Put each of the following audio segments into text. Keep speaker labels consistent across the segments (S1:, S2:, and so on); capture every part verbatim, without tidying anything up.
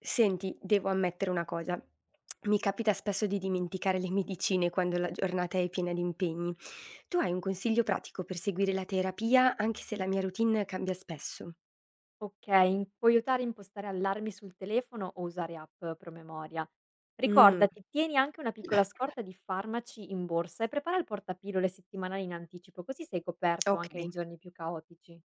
S1: Senti, devo ammettere una cosa. Mi capita spesso di dimenticare le medicine quando la giornata è piena di impegni. Tu hai un consiglio pratico per seguire la terapia anche se la mia routine cambia spesso?
S2: Okay, in puoi aiutare a impostare allarmi sul telefono o usare app promemoria.
S1: Mh,
S2: Ricordati, tieni anche una piccola scorta di farmaci in borsa e prepara il portapillole settimanale in anticipo, così sei coperto
S1: ok.
S2: anche nei giorni più caotici.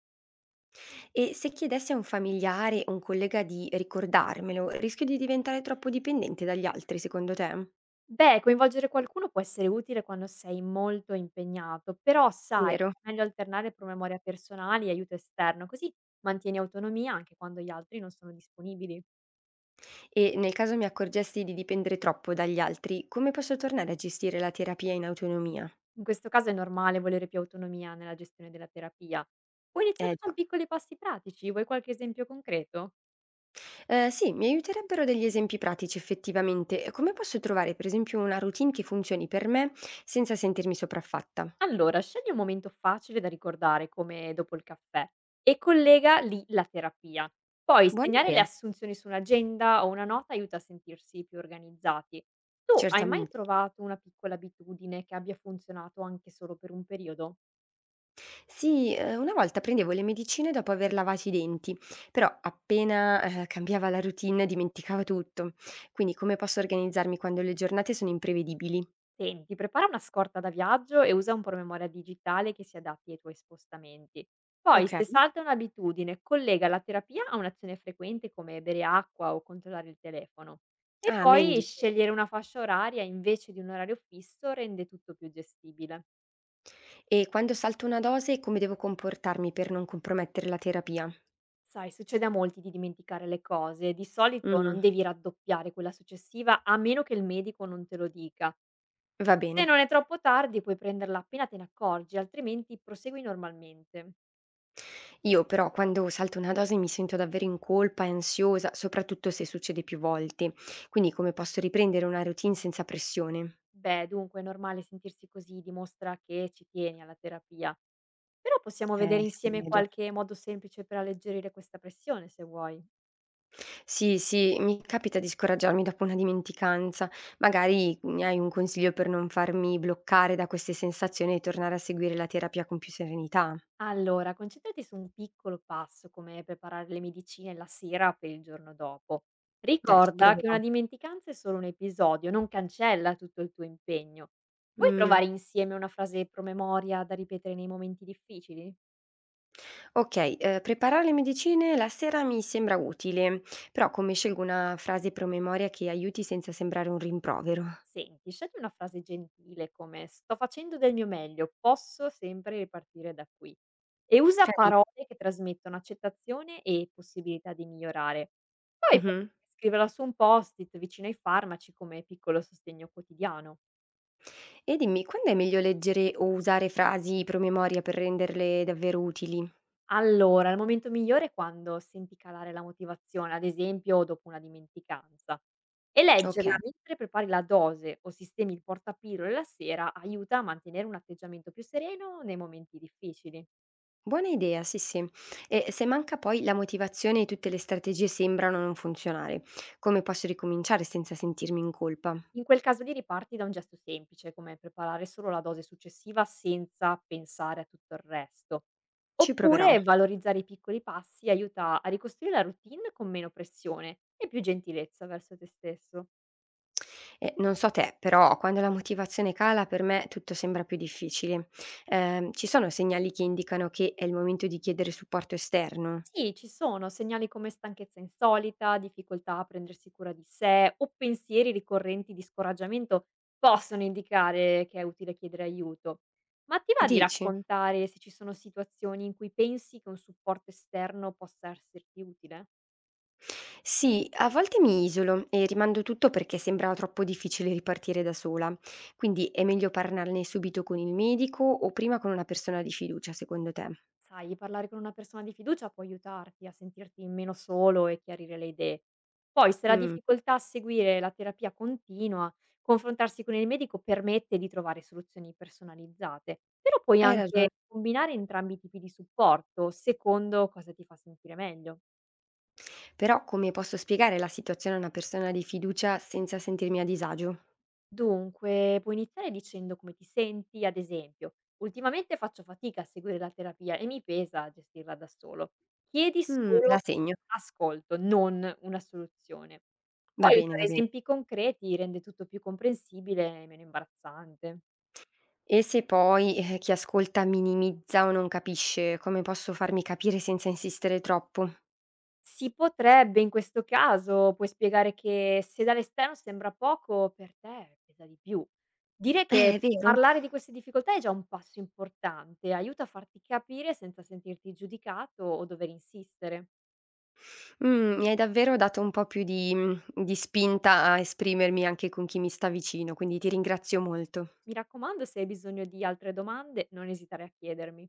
S1: E se chiedessi a un familiare o un collega di ricordarmelo, rischio di diventare troppo dipendente dagli altri, secondo te?
S2: Beh, coinvolgere qualcuno può essere utile quando sei molto impegnato, però sai,
S1: Vero.
S2: è meglio alternare promemoria personali e aiuto esterno, così mantieni autonomia anche quando gli altri non sono disponibili.
S1: E nel caso mi accorgessi di dipendere troppo dagli altri, come posso tornare a gestire la terapia in autonomia?
S2: In questo caso è normale volere più autonomia nella gestione della terapia. Puoi
S1: Eh
S2: iniziare con
S1: già.
S2: piccoli passi pratici, vuoi qualche esempio concreto?
S1: Ehm, sì, mi aiuterebbero degli esempi pratici effettivamente. Come posso trovare per esempio una routine che funzioni per me senza sentirmi sopraffatta?
S2: Allora, scegli un momento facile da ricordare, come dopo il caffè, e collega lì la terapia. Poi
S1: Buona
S2: segnare le
S1: idea,
S2: assunzioni su un'agenda o una nota aiuta a sentirsi più organizzati. Tu hai mai
S1: certamente.
S2: trovato una piccola abitudine che abbia funzionato anche solo per un periodo?
S1: Sì, eh, una volta prendevo le medicine dopo aver lavato i denti, però appena, eh, cambiava la routine dimenticavo tutto. Quindi come posso organizzarmi quando le giornate sono imprevedibili?
S2: Senti, prepara una scorta da viaggio e usa un promemoria digitale che si adatti ai tuoi spostamenti. Poi,
S1: Okay.
S2: se salta un'abitudine, collega la terapia a un'azione frequente come bere acqua o controllare il telefono. E
S1: Ah,
S2: poi
S1: meglio.
S2: scegliere una fascia oraria invece di un orario fisso rende tutto più gestibile.
S1: E quando salto una dose come devo comportarmi per non compromettere la terapia?
S2: Sai, succede a molti di dimenticare le cose, di solito non
S1: Mh,
S2: devi raddoppiare quella successiva a meno che il medico non te lo dica.
S1: va
S2: Se
S1: bene.
S2: non è troppo tardi puoi prenderla appena te ne accorgi, altrimenti prosegui normalmente.
S1: Io però quando salto una dose mi sento davvero in colpa e ansiosa, soprattutto se succede più volte. Quindi come posso riprendere una routine senza pressione?
S2: Beh, dunque è normale sentirsi così, dimostra che ci tieni alla terapia. Però possiamo
S1: Eh
S2: vedere
S1: sì,
S2: insieme
S1: eh già.
S2: qualche modo semplice per alleggerire questa pressione, se vuoi.
S1: Sì, sì, mi capita di scoraggiarmi dopo una dimenticanza. Magari mhmm, hai un consiglio per non farmi bloccare da queste sensazioni e tornare a seguire la terapia con più serenità?
S2: Allora, concentrati su un piccolo passo, come preparare le medicine la sera per il giorno dopo.
S1: Dai, ci
S2: Ricorda che
S1: proverò.
S2: una dimenticanza è solo un episodio, non cancella tutto il tuo impegno. Vuoi
S1: Mh,
S2: trovare insieme una frase promemoria da ripetere nei momenti difficili?
S1: okay, ehm, preparare le medicine la sera mi sembra utile, però come scelgo una frase promemoria che aiuti senza sembrare un rimprovero?
S2: Senti, scegli una frase gentile come "sto facendo del mio meglio, posso sempre ripartire da qui" e usa
S1: Cari
S2: parole che trasmettono accettazione e possibilità di migliorare. Poi puoi
S1: mh-mh.
S2: scriverla su un post-it vicino ai farmaci come piccolo sostegno quotidiano.
S1: E dimmi, quando è meglio leggere o usare frasi promemoria per renderle davvero utili?
S2: Allora, il momento migliore è quando senti calare la motivazione, ad esempio dopo una dimenticanza. E leggerla
S1: Okay,
S2: mentre prepari la dose o sistemi il portapillole la sera aiuta a mantenere un atteggiamento più sereno nei momenti difficili.
S1: buona idea, sì, sì. E se manca poi la motivazione e tutte le strategie sembrano non funzionare, come posso ricominciare senza sentirmi in colpa?
S2: In quel caso lì riparti da un gesto semplice, come preparare solo la dose successiva senza pensare a tutto il resto.
S1: Ci proverò.
S2: Oppure valorizzare i piccoli passi aiuta a ricostruire la routine con meno pressione e più gentilezza verso te stesso.
S1: E non so te, però quando la motivazione cala per me tutto sembra più difficile. Ehm, ci sono segnali che indicano che è il momento di chiedere supporto esterno?
S2: Sì, ci sono segnali come stanchezza insolita, difficoltà a prendersi cura di sé o pensieri ricorrenti di scoraggiamento possono indicare che è utile chiedere aiuto. Ma ti va di
S1: Dici?
S2: raccontare se ci sono situazioni in cui pensi che un supporto esterno possa esserti utile?
S1: Sì, a volte mi isolo e rimando tutto perché sembra troppo difficile ripartire da sola, quindi è meglio parlarne subito con il medico o prima con una persona di fiducia, secondo te?
S2: Sai, parlare con una persona di fiducia può aiutarti a sentirti meno solo e chiarire le idee. Poi, se la
S1: Mh,
S2: difficoltà a seguire la terapia continua, confrontarsi con il medico permette di trovare soluzioni personalizzate, però puoi
S1: hai
S2: anche
S1: ragione.
S2: combinare entrambi i tipi di supporto secondo cosa ti fa sentire meglio.
S1: Però come posso spiegare la situazione a una persona di fiducia senza sentirmi a disagio?
S2: Dunque, puoi iniziare dicendo come ti senti, ad esempio, ultimamente faccio fatica a seguire la terapia e mi pesa gestirla da solo. Chiedi
S1: Mh,
S2: solo
S1: la segno.
S2: ascolto, non una soluzione.
S1: Va
S2: Poi
S1: bene,
S2: usare
S1: va bene.
S2: esempi concreti rende tutto più comprensibile e meno imbarazzante.
S1: E se poi, eh, chi ascolta minimizza o non capisce, come posso farmi capire senza insistere troppo?
S2: Si potrebbe in questo caso puoi spiegare che se dall'esterno sembra poco, per te pesa di più. Dire
S1: Eh, è
S2: che
S1: vero.
S2: parlare di queste difficoltà è già un passo importante, aiuta a farti capire senza sentirti giudicato o dover insistere.
S1: Mhmm, mi hai davvero dato un po' più di mhmm, di spinta a esprimermi anche con chi mi sta vicino, quindi ti ringrazio molto.
S2: Mi raccomando, se hai bisogno di altre domande, non esitare a chiedermi.